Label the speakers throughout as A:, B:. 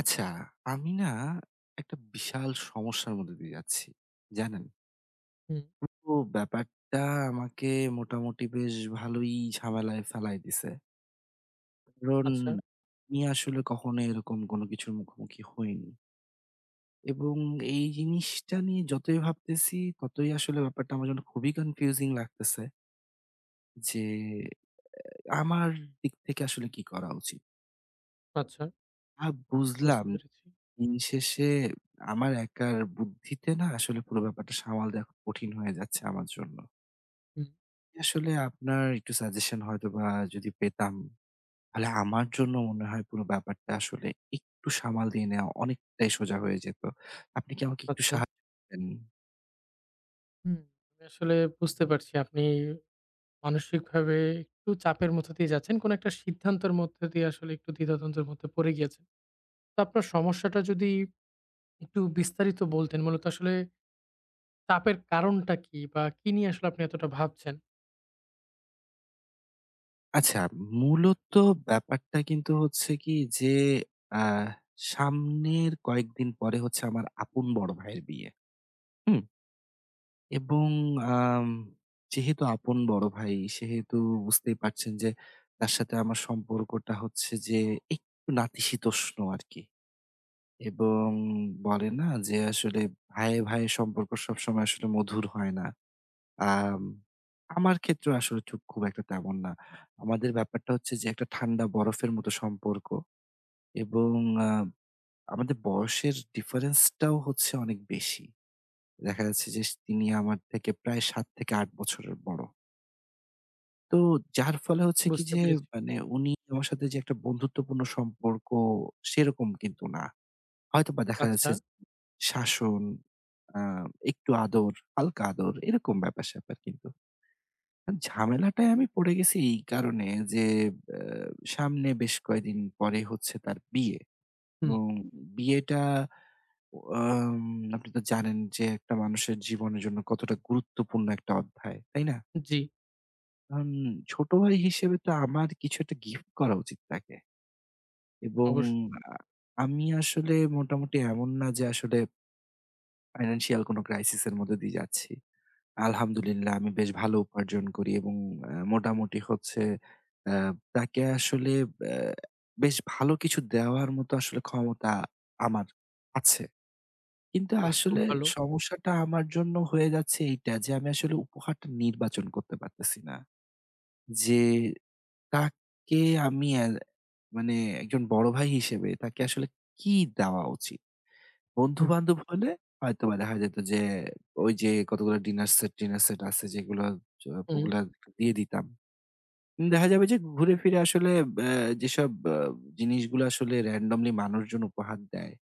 A: আচ্ছা, আমি না একটা বিশাল সমস্যার মধ্যে দিয়ে যাচ্ছি। জানেন?
B: হুম,
A: পুরো ব্যাপারটা আমাকে মোটামুটি বেশ ভালোই ঝামেলায় ফেলায় দিছে। কারণ
B: আচ্ছা,
A: আমি আসলে কখনো এরকম কোনো কিছুর মুখোমুখি হইনি। এবং এই জিনিসটা নিয়ে যতই ভাবতেছি ততই আসলে ব্যাপারটা আমার জন্য খুবই কনফিউজিং লাগতেছে যে আমার দিক থেকে আসলে কি করা উচিত?
B: আচ্ছা।
A: বুঝলাম।
B: বুঝতে পেরেছি।
A: দিন শেষে আমার একার বুদ্ধিতে না আসলে পুরো ব্যাপারটা সামাল দেওয়া খুব কঠিন হয়ে যাচ্ছে আমার জন্য।
B: হুম,
A: আসলে আপনার একটু সাজেশন হয়তোবা যদি পেতাম, তাহলে আমার জন্য মনে হয় পুরো ব্যাপারটা আসলে একটু সামাল দিয়ে নেওয়া অনেকটাই সোজা হয়ে যেত। আপনি কি আমাকে একটু
B: আচ্ছা।
A: সাহায্য করবেন?
B: হুম। আমি আসলে বুঝতে পারছি আপনি মানসিকভাবে একটু চাপের মধ্য দিয়ে যাচ্ছেন। কোন একটা সিদ্ধান্তের মধ্যে দিয়ে আসলে একটু দ্বিধাদ্বন্দ্বের মধ্যে পড়ে গিয়েছেন। তো আপনার সমস্যাটা যদি একটু বিস্তারিত বলতেন, মূলত আসলে চাপের কারণটা কি? বা কি নিয়ে আসলে আপনি এতটা ভাবছেন?
A: আচ্ছা, মূলত ব্যাপারটা কিন্তু হচ্ছে কি যে আ সামনের কয়েকদিন পরে হচ্ছে আমার আপন বড় ভাইয়ের বিয়ে। হুম? এবং আম যেহেতু আপন বড় ভাই, সেহেতু বুঝতেই পারছেন যে তার সাথে আমার সম্পর্কটা হচ্ছে যে একটু নাতিশীতোষ্ণ আরকি। এবং বলে না যে আসলে ভাইয়ে সম্পর্ক সবসময় আসলে মধুর হয় না। আম আমার ক্ষেত্রেও আসলে ঠিক খুব একটা তেমন না। আমাদের ব্যাপারটা হচ্ছে যে একটা ঠান্ডা বরফের মতো সম্পর্ক। এবং আ আমাদের বয়সের ডিফারেন্সটাও হচ্ছে অনেক বেশি। দেখা যাচ্ছে যে তিনি আমার থেকে প্রায় ৭-৮ বছরের বড়। তো যার ফলে হচ্ছে কি
B: বুঝতে
A: যে
B: পেরেছি।
A: মানে উনি আমার সাথে যে একটা বন্ধুত্বপূর্ণ সম্পর্ক সেরকম কিন্তু না। হয়তোবা দেখা
B: আচ্ছা।
A: যাচ্ছে যে শাসন, আ একটু আদর, হালকা আদর এরকম ব্যাপার-স্যাপার কিন্তু। ঝামেলাটায় আমি পড়ে গেছি এই কারণে যে আ সামনে বেশ কয়েকদিন পরে হচ্ছে তার বিয়ে
B: হুম,
A: এবং বিয়েটা আম আপনি তো জানেন যে একটা মানুষের জীবনের জন্য কতটা গুরুত্বপূর্ণ একটা অধ্যায়, তাই না?
B: জি,
A: আম ছোট ভাই হিসেবে তো আমার কিছু একটা গিফট করা উচিত তাকে এবং
B: অবশ্যই।
A: আ আমি আসলে মোটামুটি এমন না যে আসলে ফাইন্যান্সিয়াল কোনো ক্রাইসিস এর মধ্যে দিয়ে যাচ্ছি। আলহামদুলিল্লাহ আমি বেশ ভালো উপার্জন করি এবং মোটামুটি হচ্ছে আ তাকে আসলে আ বেশ ভালো কিছু দেওয়ার মতো আসলে ক্ষমতা আমার আছে। কিন্তু
B: বাহ! খুব
A: আসলে
B: ভালো।
A: সমস্যাটা আমার জন্য হয়ে যাচ্ছে এইটা যে আমি আসলে উপহারটা নির্বাচন করতে পারতেছি না। যে তাকে আমি মানে একজন বড় ভাই হিসেবে তাকে আসলে কি দেওয়া উচিত?
B: হুম,
A: বন্ধু-বান্ধব হলে হয়তোবা দেখা যেত যে ওই যে কতগুলো ডিনার সেট টিনার সেট আছে যেগুলো চ
B: হুম,
A: ওগুলা দিয়ে দিতাম। দেখা যাবে যে ঘুরে ফিরে আসলে ব্যা যেসব জিনিসগুলো আসলে randomly মানুষজন উপহার দেয়,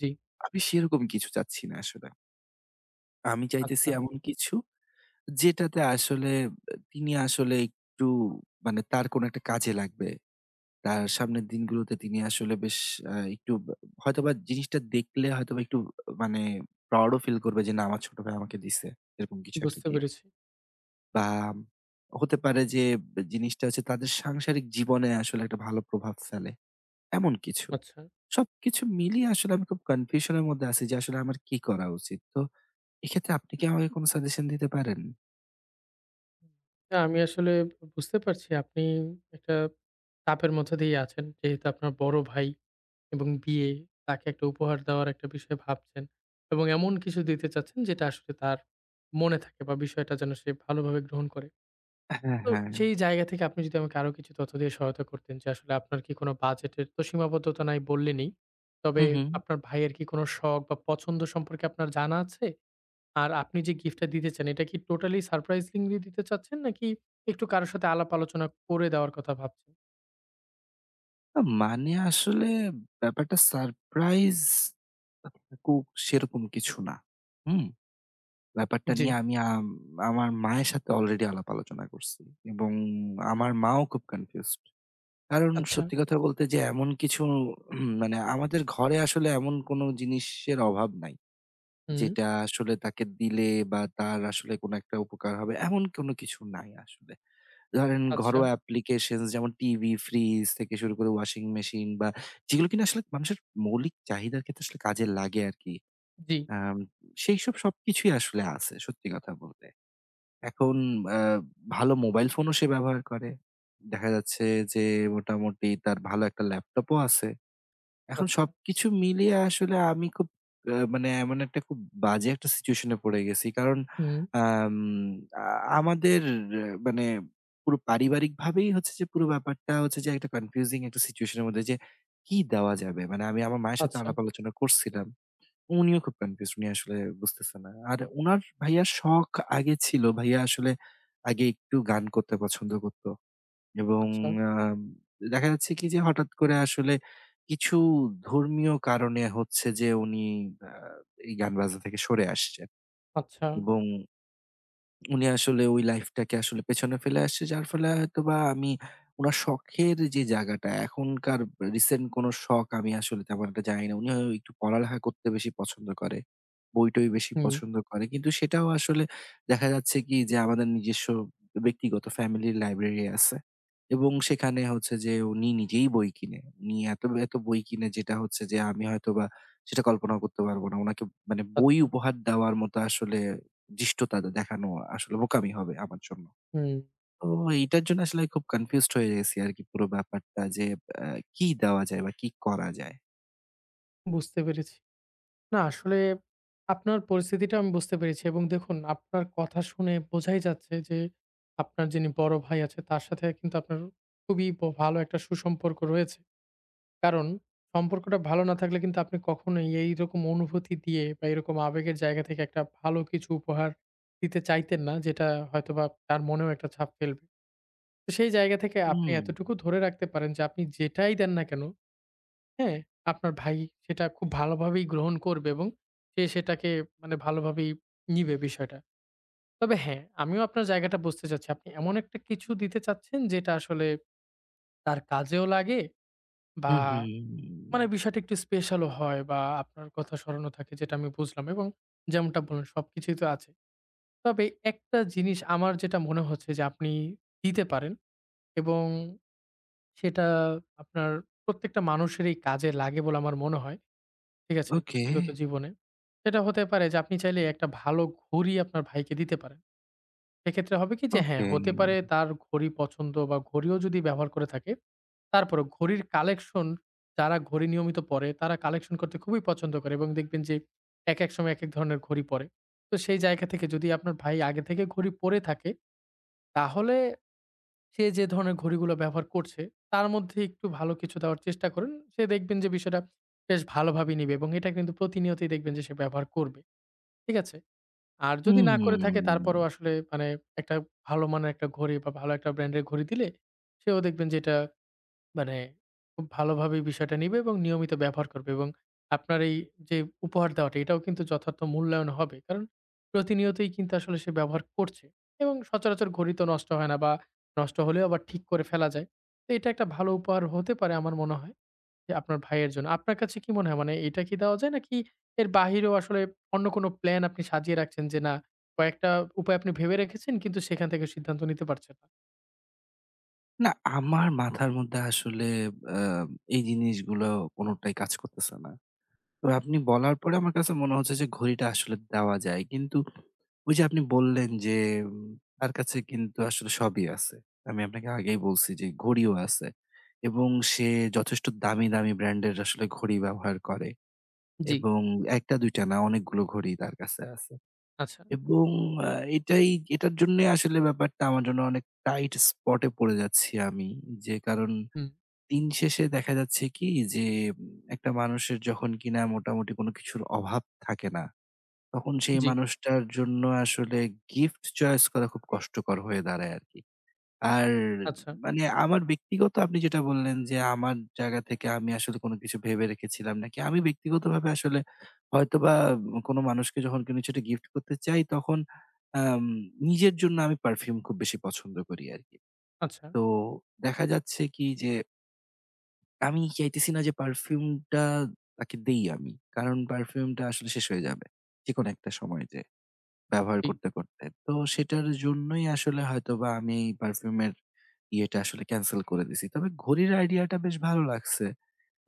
B: জি।
A: আমি সেরকম কিছু চাচ্ছি না আসলে। আমি চাইতেছি
B: আচ্ছা,
A: এমন কিছু যেটাতে আসলে তিনি আসলে একটু মানে তার কোনো একটা কাজে লাগবে। তার সামনের দিনগুলোতে তিনি আসলে বেশ একটু হয়তোবা জিনিসটা দেখলে হয়তোবা একটু মানে প্রাউড ও ফিল করবে যে, "না, আমার ছোট ভাই আমাকে দিছে।" এরকম কিছু একটা
B: বুঝতে
A: গিফট।
B: পেরেছি।
A: বা হতে পারে যে জিনিসটা হচ্ছে তাদের সাংসারিক জীবনে আসলে একটা ভালো প্রভাব ফেলে। এমন কিছু।
B: আচ্ছা।
A: সবকিছু মিলিয়ে আসলে আমি খুব কনফিউশন এর মধ্যে আছি যে আসলে আমার কি করা উচিত? তো এক্ষেত্রে আপনি কি আমাকে কোনো সাজেশন দিতে পারেন?
B: না, আমি আসলে বুঝতে পারছি আপনি একটা চাপের মধ্যে দিয়ে আছেন। যেহেতু আপনার বড় ভাই এবং বিয়ে, তাকে একটা উপহার দেওয়ার একটা বিষয় ভাবছেন এবং এমন কিছু দিতে চাচ্ছেন যেটা আসলে তার মনে থাকে বা বিষয়টা যেন সে ভালোভাবে গ্রহণ করে।
A: হ্যাঁ,
B: তো
A: হ্যাঁ।
B: সেই জায়গা থেকে আপনি যদি আমাকে আরো কিছু তথ্য দিয়ে সহায়তা করতেন যে আসলে আপনার কি কোনো বাজেটের তো সীমাবদ্ধতা নাই বললেনই।
A: হু,
B: তবে
A: হু।
B: আপনার ভাইয়ের কি কোনো শখ বা পছন্দ সম্পর্কে আপনার জানা আছে? আর আপনি যে গিফটটা দিতে চান, এটা কি টোটালি সারপ্রাইজিংলি দিতে চাচ্ছেন? নাকি একটু কারো সাথে আলাপ আলোচনা করে দেওয়ার কথা ভাবছেন?
A: মানে আসলে ব্যাপারটা সারপ্রাইজ থাকুক সেরকম কিছু না। হুম? ব্যাপারটা
B: জি।
A: নিয়ে আমি আমার মায়ের সাথে অলরেডি আলাপ আলোচনা করছি এবং আমার মাও খুব কনফিউজড। কারণ
B: আচ্ছা।
A: সত্যি কথা বলতে যে এমন কিছু মানে আমাদের ঘরে আসলে এমন কোনো জিনিসের অভাব নাই।
B: হুম।
A: যেটা আসলে তাকে দিলে বা তার আসলে কোনো একটা উপকার হবে এমন কোনো কিছু নাই আসলে। ধরেন
B: আচ্ছা।
A: ঘরোয়া অ্যাপ্লিকেশনস যেমন টিভি, ফ্রিজ থেকে শুরু করে ওয়াশিং মেশিন বা যেগুলো কিনা আসলে মানুষের মৌলিক চাহিদার ক্ষেত্রে আসলে কাজে লাগে আরকি।
B: জি।
A: আম সেইসব সবকিছুই আসলে আছে সত্যি কথা বলতে। এখন আ ভালো মোবাইল ফোনও সে ব্যবহার করে। দেখা যাচ্ছে যে মোটামুটি তার ভালো একটা ল্যাপটপও আছে। এখন
B: আচ্ছা।
A: সবকিছু মিলিয়ে আসলে আমি খুব মানে এমন একটা খুব বাজে একটা সিচুয়েশন এ পড়ে গেছি। কারণ
B: হুম।
A: আম আ আমাদের মানে পুরো পারিবারিকভাবেই হচ্ছে যে পুরো ব্যাপারটা হচ্ছে যে একটা কনফিউজিং একটা সিচুয়েশন এর মধ্যে যে কি দেওয়া যাবে? মানে আমি আমার মায়ের সাথে
B: আচ্ছা,
A: আলাপ আলোচনা করছিলাম। উনিও খুব কনফিউজড উনি আসলে বুঝতেছে না। আর উনার ভাইয়া শখ আগে ছিল। ভাইয়া আসলে আগে একটু গান করতে পছন্দ করত। এবং
B: আচ্ছা,
A: আম দেখা যাচ্ছে কি যে হঠাৎ করে আসলে কিছু ধর্মীয় কারণে হচ্ছে যে উনি আ এই গান বাজনা থেকে সরে আসছেন
B: আচ্ছা।
A: এবং উনি আসলে ওই লাইফটাকে আসলে পেছনে ফেলে আসছে। যার ফলে হয়তোবা আমি উনার শখের যে জায়গাটা, এখনকার রিসেন্ট কোন শখ আমি আসলে তেমন একটা জানি না। উনি হয় একটু পড়ালেখা করতে বেশি পছন্দ করে। বই-টই বেশি
B: হুম।
A: পছন্দ করে। কিন্তু সেটাও আসলে দেখা যাচ্ছে কি যে আমাদের নিজস্ব ব্যক্তিগত ফ্যামিলির লাইব্রেরি আছে। এবং সেখানে হচ্ছে যে উনি নিজেই বই কিনে। উনি এত, এত বই কিনে যেটা হচ্ছে যে আমি হয়তোবা সেটা কল্পনাও করতে পারব না। উনাকে মানে বই
B: আচ্ছা।
A: উপহার দেওয়ার মতো আসলে ধৃষ্টতা দেখানো আসলে বোকামি হবে আমার জন্য।
B: হুম।
A: তো এইটার জন্য আসলে খুব কনফিউজড হয়ে গেছি আরকি পুরো ব্যাপারটা যে আ কি দেওয়া যায় বা কি করা যায়?
B: বুঝতে পেরেছি। না আসলে আপনার পরিস্থিতিটা আমি বুঝতে পেরেছি এবং দেখুন আপনার কথা শুনে বোঝাই যাচ্ছে যে আপনার যিনি বড় ভাই আছে তার সাথে কিন্তু আপনার খুবই ভালো একটা সুসম্পর্ক রয়েছে। কারণ সম্পর্কটা ভালো না থাকলে কিন্তু আপনি কখনোই এইরকম অনুভূতি দিয়ে বা এরকম আবেগের জায়গা থেকে একটা ভালো কিছু উপহার দিতে চাইতেন না, যেটা হয়তোবা তার মনেও একটা ছাপ ফেলবে। তো সেই জায়গা থেকে আপনি
A: হুম,
B: এতটুকু ধরে রাখতে পারেন যে আপনি যেটাই দেন না কেন, হ্যাঁ? আপনার ভাই সেটা খুব ভালোভাবেই গ্রহণ করবে এবং সে সেটাকে মানে ভালোভাবেই নিবে বিষয়টা। তবে হ্যাঁ, আমিও আপনার জায়গাটা বুঝতে চাচ্ছি। আপনি এমন একটা কিছু দিতে চাচ্ছেন যেটা আসলে তার কাজেও লাগে বা
A: হুম, হুম।
B: মানে বিষয়টা একটু স্পেশালও হয় বা আপনার কথা স্মরণও থাকে যেটা আমি বুঝলাম এবং যেমনটা বললেন সবকিছুই তো আছে। তবে একটা জিনিস আমার যেটা মনে হচ্ছে যে আপনি দিতে পারেন এবং সেটা আপনার প্রত্যেকটা মানুষেরই কাজে লাগে বলে আমার মনে হয়। ঠিক আছে?
A: ওকে,
B: ব্যক্তিগত জীবনে। সেটা হতে পারে যে আপনি চাইলে একটা ভালো ঘড়ি আপনার ভাইকে দিতে পারেন। সেক্ষেত্রে হবে কি যে হ্যাঁ,
A: ওকে।
B: হতে পারে তার ঘড়ি পছন্দ বা ঘড়িও যদি ব্যবহার করে থাকে, তারপরেও ঘড়ির কালেকশন যারা ঘড়ি নিয়মিত পরে, তারা কালেকশন করতে খুবই পছন্দ করে এবং দেখবেন যে একেক সময় একেক ধরনের ঘড়ি পরে। তো সেই জায়গা থেকে যদি আপনার ভাই আগে থেকে ঘড়ি পরে থাকে, তাহলে সে যে ধরনের ঘড়িগুলো ব্যবহার করছে, তার মধ্যে একটু ভালো কিছু দেওয়ার চেষ্টা করেন। সে দেখবেন যে বিষয়টা বেশ ভালোভাবেই নিবে এবং এটা কিন্তু প্রতিনিয়তই দেখবেন যে সে ব্যবহার করবে। ঠিক আছে? আর যদি না করে থাকে
A: হুম।
B: তারপরেও আসলে মানে একটা ভালো মানের একটা ঘড়ি বা ভালো একটা ব্র্যান্ডের ঘড়ি দিলে সেও দেখবেন যে এটা মানে খুব ভালোভাবেই বিষয়টা নিবে এবং নিয়মিত ব্যবহার করবে এবং আপনার এই যে উপহার দেওয়াটা এটাও কিন্তু যথার্থ মূল্যায়ন হবে কারণ প্রতিনিয়তই কিন্তু আসলে সে ব্যবহার করছে এবং সচরাচর ঘড়ি তো নষ্ট হয় না বা নষ্ট হলেও আবার ঠিক করে ফেলা যায় তো এটা একটা ভালো উপহার হতে পারে আমার মনে হয় যে আপনার ভাইয়ের জন্য। আপনার কাছে কি মনে হয় মানে এটা কি দেওয়া যায়? নাকি এর বাহিরেও আসলে অন্য কোনো প্ল্যান আপনি সাজিয়ে রাখছেন যে না কয়েকটা উপায় আপনি ভেবে রেখেছেন কিন্তু সেখান থেকে সিদ্ধান্ত নিতে পারছেন না?
A: না আমার মাথার মধ্যে আসলে আ এই জিনিসগুলো কোনটাই কাজ করতেছে না। তো আপনি বলার পরে আমার কাছে মনে হচ্ছে যে ঘড়িটা আসলে দেওয়া যায়। কিন্তু ওই যে আপনি বললেন যে উম তার কাছে কিন্তু আসলে সবই আছে। আমি আপনাকে আগেই বলছি যে ঘড়িও
B: হুম,
A: আছে এবং সে যথেষ্ট দামি ব্র্যান্ডের আসলে ঘড়ি ব্যবহার করে
B: জি।
A: এবং ১ টা ২ টা না অনেকগুলো ঘড়ি তার কাছে আছে
B: আচ্ছা।
A: এবং আ এটাই এটার জন্যে আসলে ব্যাপারটা আমার জন্য অনেক টাইট স্পট এ পড়ে যাচ্ছি আমি। যে কারণ
B: হুম,
A: দিন শেষে দেখা যাচ্ছে কি যে একটা মানুষের যখন কিনা মোটামুটি কোনো কিছুর অভাব থাকে না তখন সেই
B: জি।
A: মানুষটার জন্য আসলে গিফট চয়েস করা খুব কষ্টকর হয়ে দাঁড়ায় আর কি। আর
B: আচ্ছা,
A: মানে আমার ব্যক্তিগত আপনি যেটা বললেন যে আমার জায়গা থেকে আমি আসলে কোনো কিছু ভেবে রেখেছিলাম নাকি আমি ব্যক্তিগতভাবে আসলে হয়তোবা কোনো মানুষকে যখন কোনো কিছুটা গিফট করতে চাই তখন আম, নিজের জন্য আমি পারফিউম খুব বেশি পছন্দ করি আর কি।
B: আচ্ছা,
A: তো দেখা যাচ্ছে কি যে আমি চাইতেছি না যে পারফিউমটা তাকে দেই আমি। কারণ পারফিউমটা আসলে শেষ হয়ে যাবে। যেকোনো একটা সময় যেয়ে ব্যবহার
B: জি,
A: করতে, করতে। তো সেটার জন্যই আসলে হয়তোবা আমি এই পারফিউমের ইয়েটা আসলে ক্যানসেল করে দিছি। তবে ঘড়ির আইডিয়াটা বেশ ভালো লাগছে।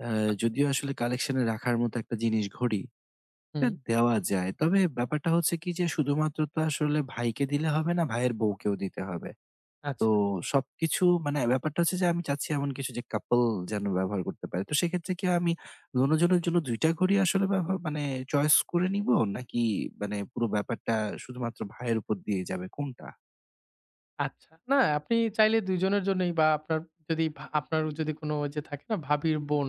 A: আ
B: আচ্ছা,
A: যদিও আসলে কালেকশন এ রাখার মতো একটা জিনিস ঘড়ি, এটা
B: হুম,
A: দেওয়া যায়। তবে ব্যাপারটা হচ্ছে কি যে শুধুমাত্র তো আসলে ভাইকে দিলে হবে না, ভাইয়ের বউকেও দিতে হবে। তো
B: আচ্ছা।
A: সবকিছু মানে ব্যাপারটা হচ্ছে যে আমি চাচ্ছি এমন কিছু যে কাপল যেন ব্যবহার করতে পারে। তো সেক্ষেত্রে কি আমি দোনোজনের জন্য ২ টা ঘড়ি আসলে ব্যবহার মানে চয়েস করে নিবো? নাকি মানে পুরো ব্যাপারটা শুধুমাত্র ভাইয়ের উপর দিয়ে যাবে কোনটা?
B: আচ্ছা। না আপনি চাইলে ২ জনের জন্যই বা আপনার যদি ভা আপনার যদি কোনো ওই যে থাকে না ভাবির বোন,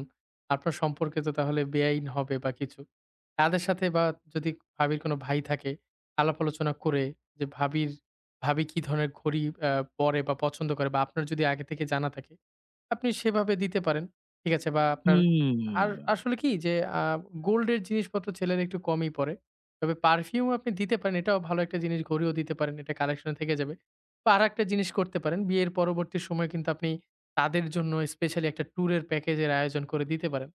B: আপনার সম্পর্কে তো তাহলে বেআইন হবে বা কিছু। তাদের সাথে বা যদি ভাবির কোনো ভাই থাকে, আলাপ আলোচনা করে যে ভাবি কি ধরনের ঘড়ি আ পরে বা পছন্দ করে বা আপনার যদি আগে থেকে জানা থাকে, আপনি সেভাবে দিতে পারেন। ঠিক আছে? বা আপনার আর
A: হুম,
B: আসলে কি যে আ গোল্ডের জিনিসপত্র ছেলেরা একটু কমই পড়ে। তবে পারফিউম আপনি দিতে পারেন। এটাও ভালো একটা জিনিস, ঘড়িও দিতে পারেন। এটা কালেকশন এ থেকে যাবে। বা আরেকটা জিনিস করতে পারেন। বিয়ের পরবর্তী সময়ে কিন্তু আপনি তাদের জন্য স্পেশালি একটা ট্যুরের প্যাকেজের আয়োজন করে দিতে পারেন।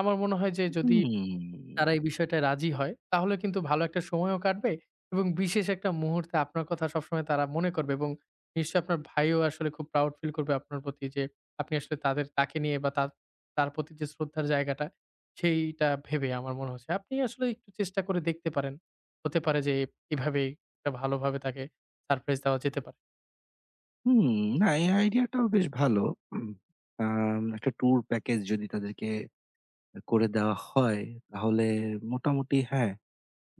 B: আমার মনে হয় যে যদি
A: হুম,
B: তারা এই বিষয়টায় রাজি হয়, তাহলে কিন্তু ভালো একটা সময়ও কাটবে এবং বিশেষ একটা মুহূর্তে আপনার কথা সবসময় তারা মনে করবে এবং নিশ্চয়ই আপনার ভাইও আসলে খুব প্রাউড ফিল করবে আপনার প্রতি যে আপনি আসলে তাকে নিয়ে বা তার তার প্রতি যে শ্রদ্ধার জায়গাটা, সেইটা ভেবে আমার মনে হচ্ছে। আপনি আসলে একটু চেষ্টা করে দেখতে পারেন। হতে পারে যে এভাবে একটা ভালোভাবে তাকে সারপ্রাইজ দেওয়া যেতে পারে।
A: হুম। না এই আইডিয়াটাও বেশ ভালো। উম, একটা ট্যুর প্যাকেজ যদি তাদেরকে করে দেওয়া হয় তাহলে মোটামুটি হ্যাঁ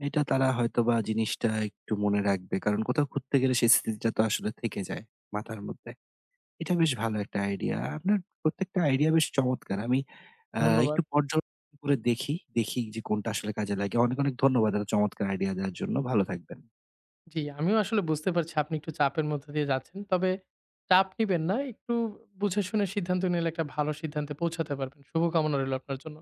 A: এটা তারা হয়তোবা জিনিসটা একটু মনে রাখবে। কারণ কোথাও ঘুরতে গেলে সেই স্মৃতিটা তো আসলে থেকে যায় মাথার মধ্যে। এটা বেশ ভালো একটা আইডিয়া। আপনার প্রত্যেকটা আইডিয়া বেশ চমৎকার। আমি আ একটু
B: ধন্যবাদ।
A: পর্যবেক্ষণ করে দেখি। দেখি যে কোনটা আসলে কাজে লাগে। অনেক, অনেক ধন্যবাদ এত চমৎকার আইডিয়া দেওয়ার জন্য। ভালো থাকবেন।
B: জি, আমিও আসলে বুঝতে পারছি আপনি একটু চাপের মধ্য দিয়ে যাচ্ছেন। তবে চাপ নিবেন না। একটু বুঝে শুনে সিদ্ধান্ত নিলে একটা ভালো সিদ্ধান্তে পৌঁছাতে পারবেন। শুভকামনা রইল আপনার জন্য।